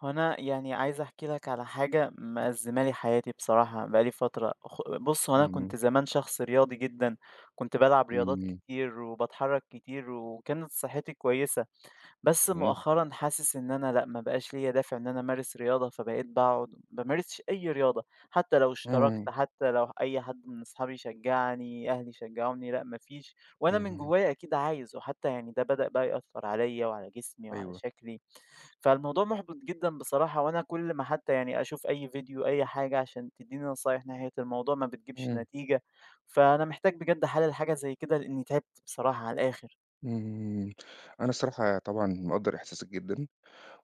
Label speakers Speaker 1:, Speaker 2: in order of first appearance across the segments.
Speaker 1: هو أنا عايز أحكي لك على حاجة مأزمة لي حياتي، بصراحة بقى لي فترة بص، هو أنا
Speaker 2: إمم،
Speaker 1: كنت زمان شخص رياضي جدا. كنت بلعب رياضات
Speaker 2: إمم.
Speaker 1: كتير وبتحرك كتير وكانت صحتي كويسة. بس
Speaker 2: تمام.
Speaker 1: مؤخرًا حاسس إن أنا لأ، ما بقاش ليّا دافع إن أنا أمارس رياضة، فبقيت باقعد ما بامارسش أي رياضة، حتى لو اشتركت،
Speaker 2: إمم،
Speaker 1: حتى لو أي حد من أصحابي شجعني، أهلي شجعوني، لأ ما فيش، وأنا من
Speaker 2: اهم،
Speaker 1: جوايا أكيد عايز، وحتى ده بدأ بقى يأثّر عليّا وعلى جسمي وعلى
Speaker 2: أيوه.
Speaker 1: شكلي، فالموضوع محبط جدًا بصراحة، وأنا كل ما حتى أشوف أي فيديو، أي حاجة عشان تدّيني نصايح ناحية الموضوع ما بتجيبش
Speaker 2: إمم،
Speaker 1: نتيجة، فأنا محتاج بجد أحلل حاجة زي كده لإني تعبت بصراحة على الآخر.
Speaker 2: إمم. أنا الصراحة طبعًا مقدّر إحساسك جدًا،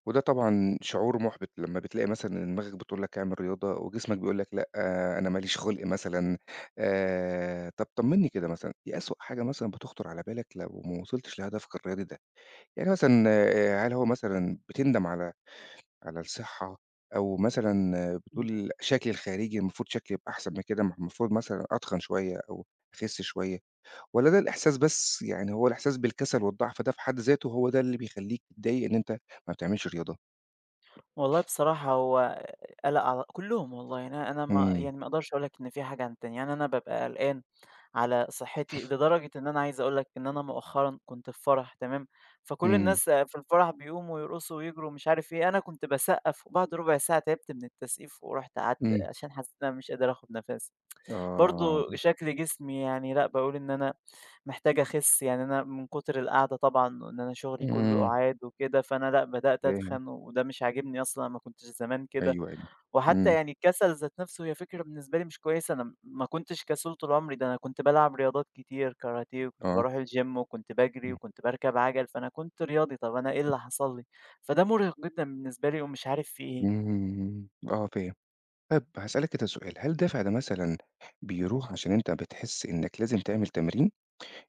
Speaker 2: وده طبعًا شعور مُحبِط لمّا بتلاقي مثلًا إن دماغك بتقول لك اعمل رياضة وجسمك بيقول لك لأ، أنا ما ليش خُلق مثلًا. طَب طمّني كده مثلًا، إيه أسوأ حاجة مثلًا بتخطر على بالك لو ما وصلتش لهدفك الرياضي ده؟ يعني مثلًا هل هو مثلًا بتندم على الصحة أو مثلًا بتقول شكلي الخارجي المفروض شكلي يبقى أحسن من كده، ما هو المفروض مثلًا أتخن شوية أو أخس شوية، والّا ده الإحساس بس يعني هو الإحساس بالكسل والضعف ده في حد ذاته هو ده اللي بيخلّيك تتضايق إن أنت ما بتعملش رياضة؟
Speaker 1: والله بصراحة هو قلق على كلّهم والله، يعني أنا ما
Speaker 2: إمم،
Speaker 1: يعني ما أقدرش أقول لك إن في حاجة عن التانية، يعني أنا بابقى قلقان على صحّتي لدرجة إن أنا عايز أقول لك إن أنا مؤخرًا كنت في فرح تمام، فكل
Speaker 2: إمم،
Speaker 1: الناس في الفرح بيقوموا ويرقصوا ويجروا ومش عارف إيه، أنا كنت باسقّف وبعد ربع ساعة تعبت من التسقيف ورُحت قعدت
Speaker 2: إمم،
Speaker 1: عشان حسّيت إن أنا مش قادر آخُد نَفَسي.
Speaker 2: آه،
Speaker 1: برضه شكل جسمي يعني لأ، باقول إن أنا محتاج أخس، يعني أنا من كتر القعدة طبعًا وإن أنا شغلي كله
Speaker 2: إمم،
Speaker 1: قعاد وكده، فأنا لأ، بدأت
Speaker 2: فاهم،
Speaker 1: أتخن وده مش عاجبني أصلًا، أنا ما كنتش زمان كده.
Speaker 2: أيوه، أيوه،
Speaker 1: وحتى
Speaker 2: إمم،
Speaker 1: الكسل ذات نفسه هي فكرة بالنسبة لي مش كويسة، أنا ما كنتش كسول طول عمري، ده أنا كنت بالعب رياضات كتير كاراتيه وكنت
Speaker 2: آه،
Speaker 1: باروح الgym وكنت باجري وكنت باركب عجل، فأنا كنت رياضي، طَب أنا إيه اللي حصل لي؟ فده مُرهق جدًا بالنسبة لي ومش عارف في إيه.
Speaker 2: إمم، إمم، آه فاهم. طيب هاسألك كده سؤال، هل الدافع ده مثلًا بيروح عشان أنت بتحس إنك لازم تعمل تمرين؟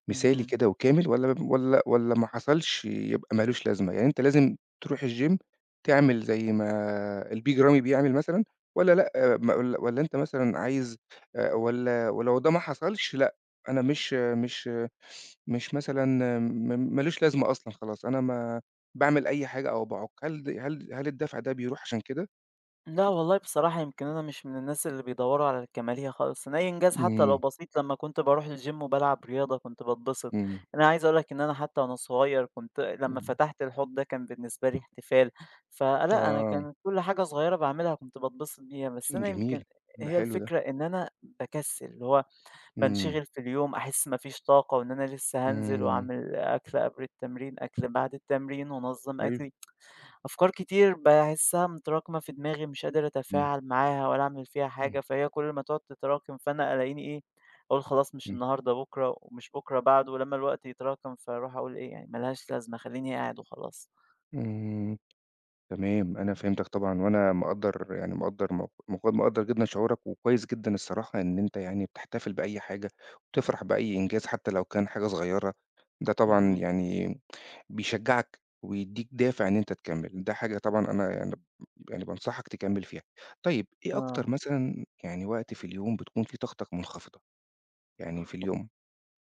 Speaker 2: مثالي
Speaker 1: اهم.
Speaker 2: كده وكامل والّا ما حصلش يبقى ما لوش لازمة؟ يعني أنت لازم تروح الgym تعمل زي ما البيج رامي بيعمل مثلًا والّا لأ، ما والّا أنت مثلًا عايز والّا ولو ده ما حصلش لأ، أنا مش مش مثلًا ما لوش لازمة أصلًا خلاص، أنا ما باعمل أي حاجة أو باعُك، هل د هل هل الدافع ده بيروح عشان كده؟
Speaker 1: لأ والله بصراحة يمكن أنا مش من الناس اللي بيدوّروا على الكمالية خالص، أنا أي إنجاز حتى لو
Speaker 2: إمم،
Speaker 1: بسيط لمّا كنت باروح الgym وبالعب رياضة كنت باتبسط.
Speaker 2: إمم،
Speaker 1: أنا عايز أقول لك إن أنا حتى وأنا صغير كنت لمّا
Speaker 2: إمم،
Speaker 1: فتحت الحوض ده كان بالنسبة لي احتفال، فلأ أنا
Speaker 2: آه،
Speaker 1: كانت كل حاجة صغيرة باعملها كنت باتبسط بيها، بس أنا
Speaker 2: جميل،
Speaker 1: يمكن
Speaker 2: ده
Speaker 1: هي
Speaker 2: حلو ده،
Speaker 1: الفكرة إن أنا باكسّل، اللي هو
Speaker 2: إمم،
Speaker 1: بانشغل في اليوم أحس ما فيش طاقة وإن أنا لسه هانزل
Speaker 2: إمم،
Speaker 1: وأعمل أكل قبل التمرين، أكل بعد التمرين وأنظّم
Speaker 2: حلو،
Speaker 1: أكلي. أفكار كتير باحسّها متراكمة في دماغي، مش قادر
Speaker 2: إمم،
Speaker 1: أتفاعل معاها ولا أعمل فيها
Speaker 2: إمم.
Speaker 1: حاجة، فهي كل ما تقعد تتراكم فأنا ألاقيني إيه، أقول خلاص مش
Speaker 2: إمم،
Speaker 1: النهارده، بُكرة، ومش بُكرة بعده، ولمّا الوقت يتراكم فاروح أقول إيه، يعني ما لهاش لازمة، خلّيني قاعد وخلاص.
Speaker 2: إمم، تمام، أنا فهمتك طبعًا، وأنا مقدّر يعني مقدّر موق مق مقدّر جدًا شعورك، وكويس جدًا الصراحة إن أنت يعني بتحتفل بأي حاجة، وبتفرح بأي إنجاز حتى لو كان حاجة صغيرة، ده طبعًا
Speaker 1: اهم.
Speaker 2: يعني بيشجّعك ويدّيك دافع إن أنت تكمّل، ده حاجة طبعًا أنا يعني بانصحك تكمّل فيها. طيب إيه
Speaker 1: آه.
Speaker 2: أكتر مثلًا يعني وقت في اليوم بتكون فيه طاقتك منخفضة، يعني في اليوم؟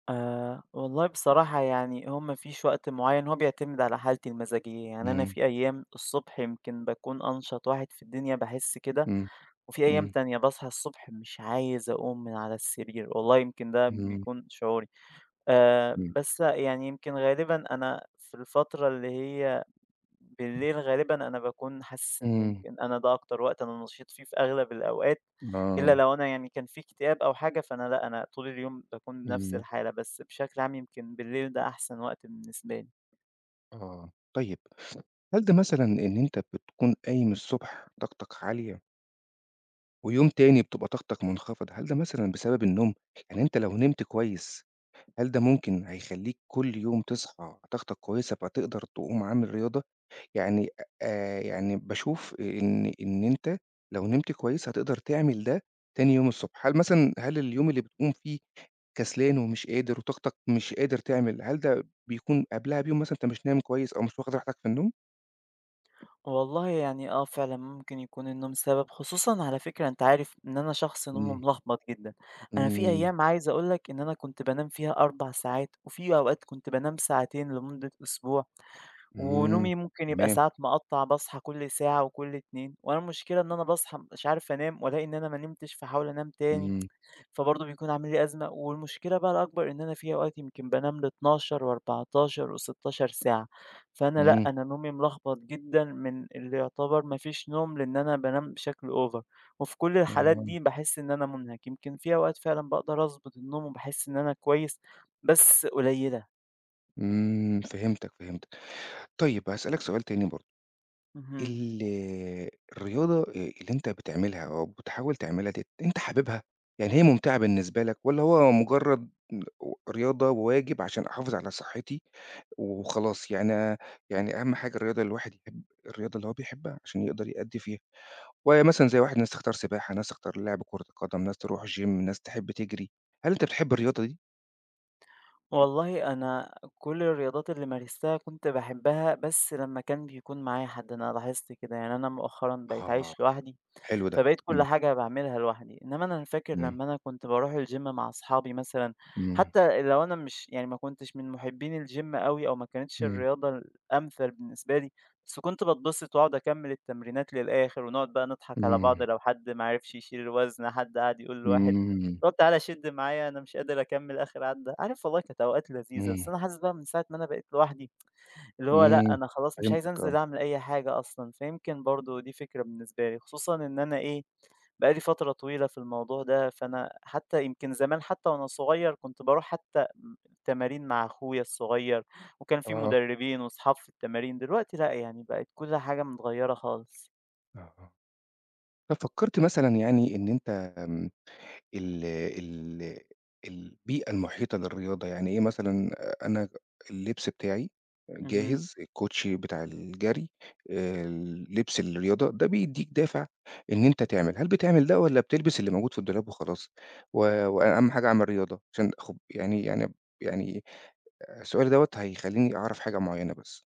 Speaker 1: والله بصراحة يعني هو ما فيش وقت معيّن، هو بيعتمد على حالتي المزاجية، يعني أنا
Speaker 2: إمم،
Speaker 1: في أيام الصبح يمكن باكون أنشط واحد في الدنيا باحس كده،
Speaker 2: إمم،
Speaker 1: وفي أيام
Speaker 2: إمم،
Speaker 1: تانية باصحى الصبح مش عايز أقوم من على السرير، والله يمكن ده
Speaker 2: إمم،
Speaker 1: بيكون شعوري.
Speaker 2: إمم،
Speaker 1: بس يعني يمكن غالبًا أنا في الفترة اللي هي بالليل غالبًا أنا باكون حاسس إن
Speaker 2: إمم،
Speaker 1: يمكن أنا ده أكتر وقت أنا نشيط فيه في أغلب الأوقات، إلا
Speaker 2: آه،
Speaker 1: لو أنا كان في اكتئاب أو حاجة فأنا لأ، أنا طول اليوم باكون نفس
Speaker 2: إمم.
Speaker 1: الحالة، بس بشكل عام يمكن بالليل ده أحسن وقت بالنسبة لي.
Speaker 2: آه، طيب هل ده مثلًا إن أنت بتكون قايم الصبح طاقتك عالية ويوم تاني بتبقى طاقتك منخفضة، هل ده مثلًا بسبب النوم؟ يعني أنت لو نمت كويس، هل ده ممكن هيخلّيك كل يوم تصحى طاقتك كويسة فتقدر تقوم عامل رياضة؟ يعني يعني باشوف إن أنت لو نمت كويس هتقدر تعمل ده تاني يوم الصبح، هل مثلًا اليوم اللي بتقوم فيه كسلان ومش قادر وطاقتك مش قادر تعمل، هل ده بيكون قبلها بيوم مثلًا أنت مش نايم كويس أو مش واخد راحتك في النوم؟
Speaker 1: والله يعني آه، فعلًا ممكن يكون النوم سبب، خصوصًا على فكرة أنت عارف إن أنا شخص نومه
Speaker 2: إمم.
Speaker 1: ملخبط جدًا. أنا في
Speaker 2: إمم،
Speaker 1: أيام عايز أقول لك إن أنا كنت بانام فيها 4 ساعات، وفي أوقات كنت بانام ساعتين لمدة أسبوع.
Speaker 2: إمم،
Speaker 1: ونومي ممكن يبقى
Speaker 2: تمام،
Speaker 1: ساعات مقطّع، باصحى كل ساعة وكل 2، وأنا المشكلة إن أنا باصحى مش عارف أنام، وألاقي إن أنا ما نمتش، فاحاول أنام تاني،
Speaker 2: إمم،
Speaker 1: فبرضه بيكون عامل لي أزمة، والمشكلة بقى الأكبر إن أنا في أوقات يمكن بانام ل12 و14 و16 ساعة، فأنا لأ،
Speaker 2: إمم،
Speaker 1: أنا نومي ملخبط جدًا من اللي يعتبر ما فيش نوم، لإن أنا بانام بشكل over، وفي كل الحالات دي
Speaker 2: آه،
Speaker 1: باحس إن أنا مُنهك، يمكن في أوقات فعلًا باقدر أضبط النوم وباحس إن أنا كويس، بس قليلة.
Speaker 2: إمم، فهمتك، فهمتك. طيب هاسألك سؤال تاني برضه،
Speaker 1: اهم.
Speaker 2: ال الرياضة اللي أنت بتعملها أو بتحاول تعملها ديّة، أنت حاببها؟ يعني هي ممتعة بالنسبة لك والّا هو مجرد رياضة وواجب عشان أحافظ على صحتي وخلاص، يعني أهم حاجة الرياضة اللي الواحد يحب الرياضة اللي هو بيحبها عشان يقدر يأدّي فيها؟ ومثلًا زي واحد ناس تختار سباحة، ناس تختار لعب كرة القدم، ناس تروح الgym، ناس تحب تجري. هل أنت بتحب الرياضة دي؟
Speaker 1: والله أنا كل الرياضات اللي مارستها كنت باحبها، بس لمّا كان بيكون معايا حد، أنا لاحظت كده، يعني أنا مؤخرًا بقيت
Speaker 2: آه،
Speaker 1: عايش لوحدي.
Speaker 2: حلو ده.
Speaker 1: فبقيت كل
Speaker 2: إمم،
Speaker 1: حاجة باعملها لوحدي، إنما أنا فاكر
Speaker 2: إمم،
Speaker 1: لمّا أنا كنت باروح الgym مع أصحابي مثلًا،
Speaker 2: إمم،
Speaker 1: حتى لو أنا مش ما كنتش من محبين الgym أوي أو ما كانتش
Speaker 2: إمم،
Speaker 1: الرياضة الأمثل بالنسبة لي، بس كنت باتبسط وأقعد أكمّل التمرينات للآخر ونقعد بقى نضحك على بعض
Speaker 2: إمم،
Speaker 1: لو حد ما عرفش يشيل الوزن، حد قعد يقول لواحد
Speaker 2: إمم،
Speaker 1: طب تعالَ شِد معايا أنا مش قادر أكمّل آخر عدّة، عارف والله كانت أوقات لذيذة، بس
Speaker 2: إمم،
Speaker 1: أنا حاسس بقى من ساعة ما أنا بقيت لوحدي اللي هو لأ،
Speaker 2: إمم،
Speaker 1: أنا خلاص مش عايز
Speaker 2: فهمتك آه،
Speaker 1: أنزل أعمل أي حاجة أصلًا، فيمكن برضه دي فكرة بالنسبة لي، خصوصًا إن أنا إيه بقى لي فترة طويلة في الموضوع ده، فأنا حتى يمكن زمان حتى وأنا صغير كنت باروح حتى تمارين مع أخويا الصغير، وكان في
Speaker 2: آه،
Speaker 1: مدربين وأصحاب في التمارين، دلوقتي لأ، يعني بقت كل حاجة متغيرة خالص.
Speaker 2: آه، آه. طب فكرت مثلًا يعني إن أنت آمم ال ال البيئة المحيطة للرياضة، يعني إيه مثلًا أنا اللبس بتاعي
Speaker 1: اهم.
Speaker 2: جاهز، الكوتشي بتاع الجري، آآ، لبس الرياضة، ده بيدّيك دافع إن أنت تعمل، هل بتعمل ده والّا بتلبس اللي موجود في الدولاب وخلاص؟ و وأهم حاجة أعمل رياضة عشان أخب يعني يعني يعني السؤال دوّة هيخلّيني أعرف حاجة معيّنة بس.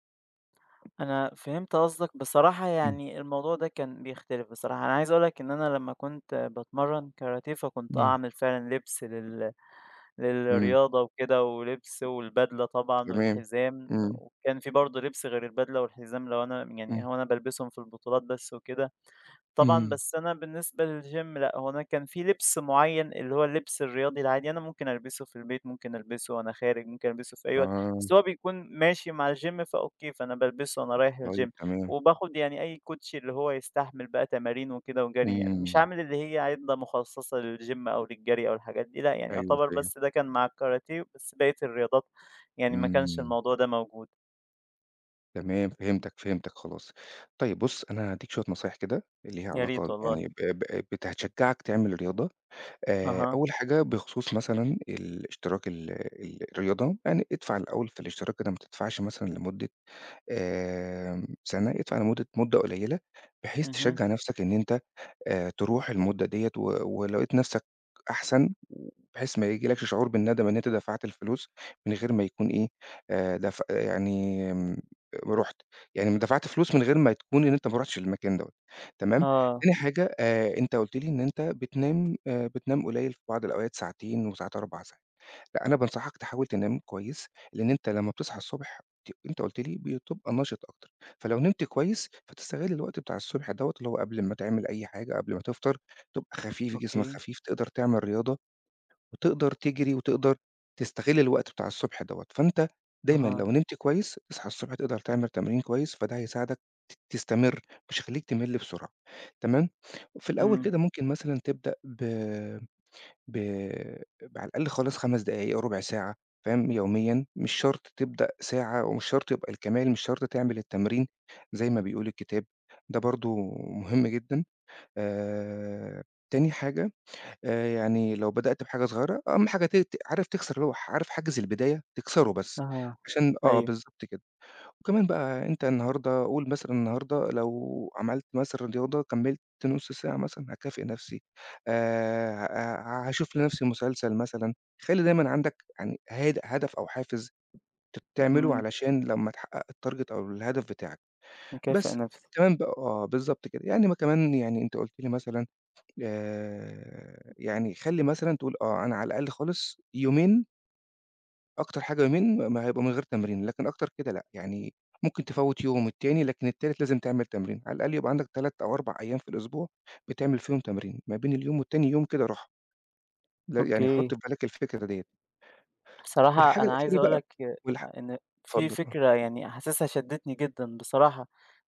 Speaker 1: أنا فهمت قصدك، بصراحة
Speaker 2: إمم،
Speaker 1: يعني الموضوع ده كان بيختلف بصراحة، أنا عايز أقول لك إن أنا لمّا كنت باتمرّن كاراتيه، فكنت آه،
Speaker 2: إمم.
Speaker 1: أعمل فعلًا لبس
Speaker 2: إمم،
Speaker 1: للرياضة وكده ولبس والبدلة طبعًا
Speaker 2: تمام،
Speaker 1: والحزام،
Speaker 2: إمم،
Speaker 1: وكان في برضه لبس غير البدلة والحزام لو أنا يعني
Speaker 2: إمم،
Speaker 1: هو أنا بالبسهم في البطولات بس وكده. طبعًا،
Speaker 2: إمم.
Speaker 1: بس أنا بالنسبة للgym لأ، هو أنا كان في لبس معيّن اللي هو اللبس الرياضي العادي، أنا ممكن ألبسه في البيت، ممكن ألبسه وأنا خارج، ممكن ألبسه في أي وقت،
Speaker 2: آه،
Speaker 1: بس هو بيكون ماشي مع الgym فأوكي، فأنا بالبسه وأنا رايح
Speaker 2: طيب
Speaker 1: الgym،
Speaker 2: تمام،
Speaker 1: وباخد يعني أي كوتشي اللي هو يستحمل بقى تمارين وكده وجري يعني، مش
Speaker 2: إمم،
Speaker 1: عامل اللي هي عِدة مخصصة للgym أو للجري أو الحاجات دي لأ، يعني
Speaker 2: أيوه
Speaker 1: يعتبر
Speaker 2: فاهم.
Speaker 1: بس ده كان مع الكاراتيه، بس بقية الرياضات ما كانش
Speaker 2: إمم،
Speaker 1: الموضوع ده موجود.
Speaker 2: تمام فهمتك، فهمتك خلاص. طيب بُص، أنا هادّيك شوية نصايح كده اللي هي
Speaker 1: يا ريت
Speaker 2: علاقة
Speaker 1: والله.
Speaker 2: يعني ب ب بت هتشجّعك تعمل رياضة.
Speaker 1: أها،
Speaker 2: أول حاجة بخصوص مثلًا الاشتراك ال ال الرياضة، يعني ادفع الأول في الاشتراك كده ما تدفعش مثلًا لمدة سَنة، ادفع مدة قليلة بحيث
Speaker 1: اهم،
Speaker 2: تشجّع نَفْسك إن أنت تروح المدة ديّة ولو لقيت نَفْسك أحسن بحيث ما ييجيلكش شعور بالندم إن أنت دفعت الفلوس من غير ما يكون إيه، دف يعني آمم رُحت، يعني دفعت فلوس من غير ما تكون إن أنت ما رُحتش المكان دوّة، تمام؟
Speaker 1: آه،
Speaker 2: تاني حاجة أنت قُلت لي إن أنت بتنام قليل في بعض الأوقات ساعتين وساعات 4 ساعات، لأ أنا بانصحك تحاول تنام كويس، لإن أنت لمّا بتصحى الصبح أنت قُلت لي بتبقى نشِط أكتر، فلو نمت كويس فتستغل الوقت بتاع الصبح دوّة اللي هو قبل ما تعمل أي حاجة، قبل ما تفطر، تبقى خفيف جسمك
Speaker 1: أوكي،
Speaker 2: خفيف، تقدر تعمل رياضة وتقدر تجري وتقدر تستغل الوقت بتاع الصبح دوّة، فأنت دايمًا
Speaker 1: أها،
Speaker 2: لو نمت كويس، تصحى الصبح تقدر تعمل تمرين كويس، فده هيساعدك تستمر، مش هيخلّيك تمِل بسرعة، تمام؟ في الأول
Speaker 1: إمم.
Speaker 2: كده ممكن مثلًا تبدأ ب على الأقل خالص 5 دقايق، ربع ساعة، فاهم؟ يوميًا، مش شرط تبدأ ساعة ومش شرط يبقى الكمال، مش شرط تعمل التمرين زي ما بيقول الكتاب، ده برضه مهم جدًا. آآ، تاني حاجة يعني لو بدأت بحاجة صغيرة، أهم حاجة ت ت عارف تكسر اللي هو عارف حاجز البداية، تكسره بس،
Speaker 1: أها،
Speaker 2: عشان آه
Speaker 1: أيوه،
Speaker 2: بالضبط كده. وكمان بقى أنت النهارده قُل مثلًا النهارده لو عملت مثلًا رياضة كمّلت نُص ساعة مثلًا، هاكافئ نَفْسي، آآ ه هاشوف لنَفْسي مسلسل مثلًا، خلّي دايمًا عندك يعني هدف أو حافز تعمله
Speaker 1: اهم،
Speaker 2: علشان لمّا تحقق الtarget أو الهدف بتاعك.
Speaker 1: مكافئ
Speaker 2: بس
Speaker 1: نفسي،
Speaker 2: كمان بقى آه بالضبط كده. يعني ما كمان يعني أنت قُلت لي مثلًا يعني خلّي مثلًا تقول آه، أنا على الأقل خالص يومين أكتر حاجة يومين ما هيبقى من غير تمرين، لكن أكتر كده لأ، يعني ممكن تفوّت يوم التاني، لكن التالت لازم تعمل تمرين، على الأقل يبقى عندك 3 أو 4 أيام في الأسبوع بتعمل فيهم تمرين، ما بين اليوم والتاني يوم كده راحة، لا يعني
Speaker 1: أوكي.
Speaker 2: حُط في بالك الفكرة ديّة،
Speaker 1: بصراحة
Speaker 2: والحاجة
Speaker 1: أنا عايز
Speaker 2: الأخيرة
Speaker 1: أقول
Speaker 2: بقى
Speaker 1: لك
Speaker 2: والح
Speaker 1: إن في
Speaker 2: اتفضل آه،
Speaker 1: فكرة يعني حاسسها شدّتني جدًا بصراحة.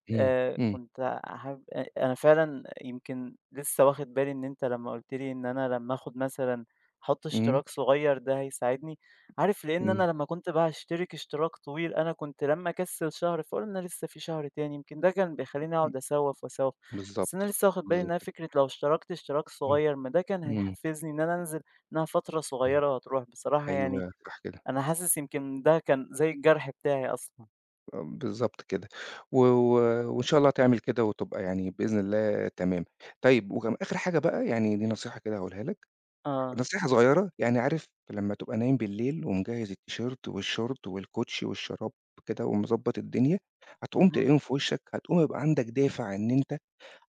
Speaker 2: إمم، إمم،
Speaker 1: كنت حابب أنا فعلًا يمكن لسه واخد بالي إن أنت لمّا قُلت لي إن أنا لمّا آخد مثلًا أحُط
Speaker 2: إمم،
Speaker 1: اشتراك صغير ده هيساعدني، عارف لإن
Speaker 2: إمم،
Speaker 1: أنا لمّا كنت باشترك اشتراك طويل أنا كنت لمّا أكسّل شهر فاقول أنا لسه في شهر تاني، يمكن ده كان بيخلّيني
Speaker 2: إمم،
Speaker 1: أقعد أسوّف وأسوّف، بس أنا
Speaker 2: بالضبط،
Speaker 1: لسه واخد بالي إن
Speaker 2: بالضبط
Speaker 1: أنا
Speaker 2: كده،
Speaker 1: فكرة لو اشتركت اشتراك
Speaker 2: إمم،
Speaker 1: صغير ما ده كان
Speaker 2: إمم،
Speaker 1: هيحفّزني إن أنا أنزل، إنها فترة
Speaker 2: إمم،
Speaker 1: صغيرة وهتروح، بصراحة يعني
Speaker 2: أيوه صح كده.
Speaker 1: أنا حاسس يمكن ده كان زي الجرح بتاعي أصلًا.
Speaker 2: آه، بالضبط كده، و و وإن شاء الله تعمل كده وتبقى يعني بإذن الله تمام. طيب وكم آخر حاجة بقى يعني دي نصيحة كده هاقولها لك،
Speaker 1: آه.
Speaker 2: نصيحة صغيرة يعني عارف لمّا تبقى نايم بالليل ومجهّز التيشيرت والشورت والكوتشي والشراب كده ومضبّط الدنيا، هتقوم
Speaker 1: اهم.
Speaker 2: تلاقيهم في وشّك، هتقوم يبقى عندك دافع إن أنت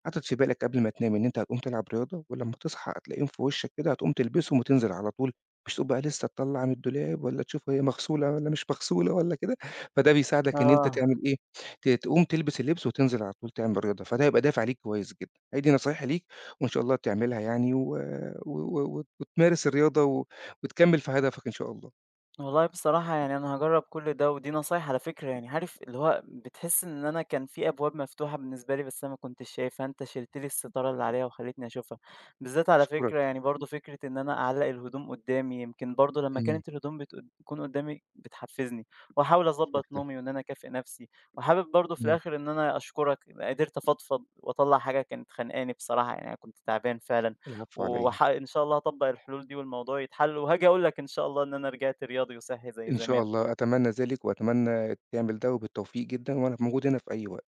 Speaker 2: حاطط في بالك قبل ما تنام إن أنت هتقوم تلعب رياضة، ولمّا تصحى هتلاقيهم في وشّك كده هتقوم تلبسهم وتنزل على طول، مش تقوم بقى لسه تطلّع من الدولاب والّا تشوف هي مغسولة والّا مش مغسولة والّا كده، فده بيساعدك إن أنت
Speaker 1: آه.
Speaker 2: تعمل إيه، تقوم تلبس اللبس وتنزل على طول تعمل رياضة، فده هيبقى دافع ليك كويس جدًا. هي دي نصايحي ليك وإن شاء الله تعملها يعني و و و وتمارس الرياضة وتكمّل في هدفك إن شاء الله.
Speaker 1: والله بصراحة يعني أنا هاجرّب كل ده، ودي نصايح على فكرة يعني عارف اللي هو بتحس إن أنا كان في أبواب مفتوحة بالنسبة لي بس أنا ما كنتش شايفها، أنت شِلت لي الستارة اللي عليها وخلّيتني أشوفها، بالذات على فكرة
Speaker 2: أشكرك.
Speaker 1: يعني برضه فكرة إن أنا أعلّق الهدوم قدّامي، يمكن برضه لمّا
Speaker 2: إمم.
Speaker 1: كانت الهدوم تكون قدّامي بتحفّزني، وأحاول أضبّط نومي وإن أنا أكافئ نَفْسي، وحابب برضه في
Speaker 2: إمم.
Speaker 1: الآخِر إن أنا أشكرك قدرت أفضفض وأطلّع حاجة كانت خانقاني بصراحة، يعني أنا كنت تعبان فعلًا.
Speaker 2: العفو على إيه.
Speaker 1: إن شاء الله هاطبّق الحلول دي والموضوع يتحل، وهاجي أقول لك إن شاء الله إن أنا رجعت رياضي وصحّي زي
Speaker 2: إن شاء
Speaker 1: زمان.
Speaker 2: الله، أتمنى ذلك وأتمنى تعمل ده وبالتوفيق جدًا، وأنا موجود هنا في أي وقت.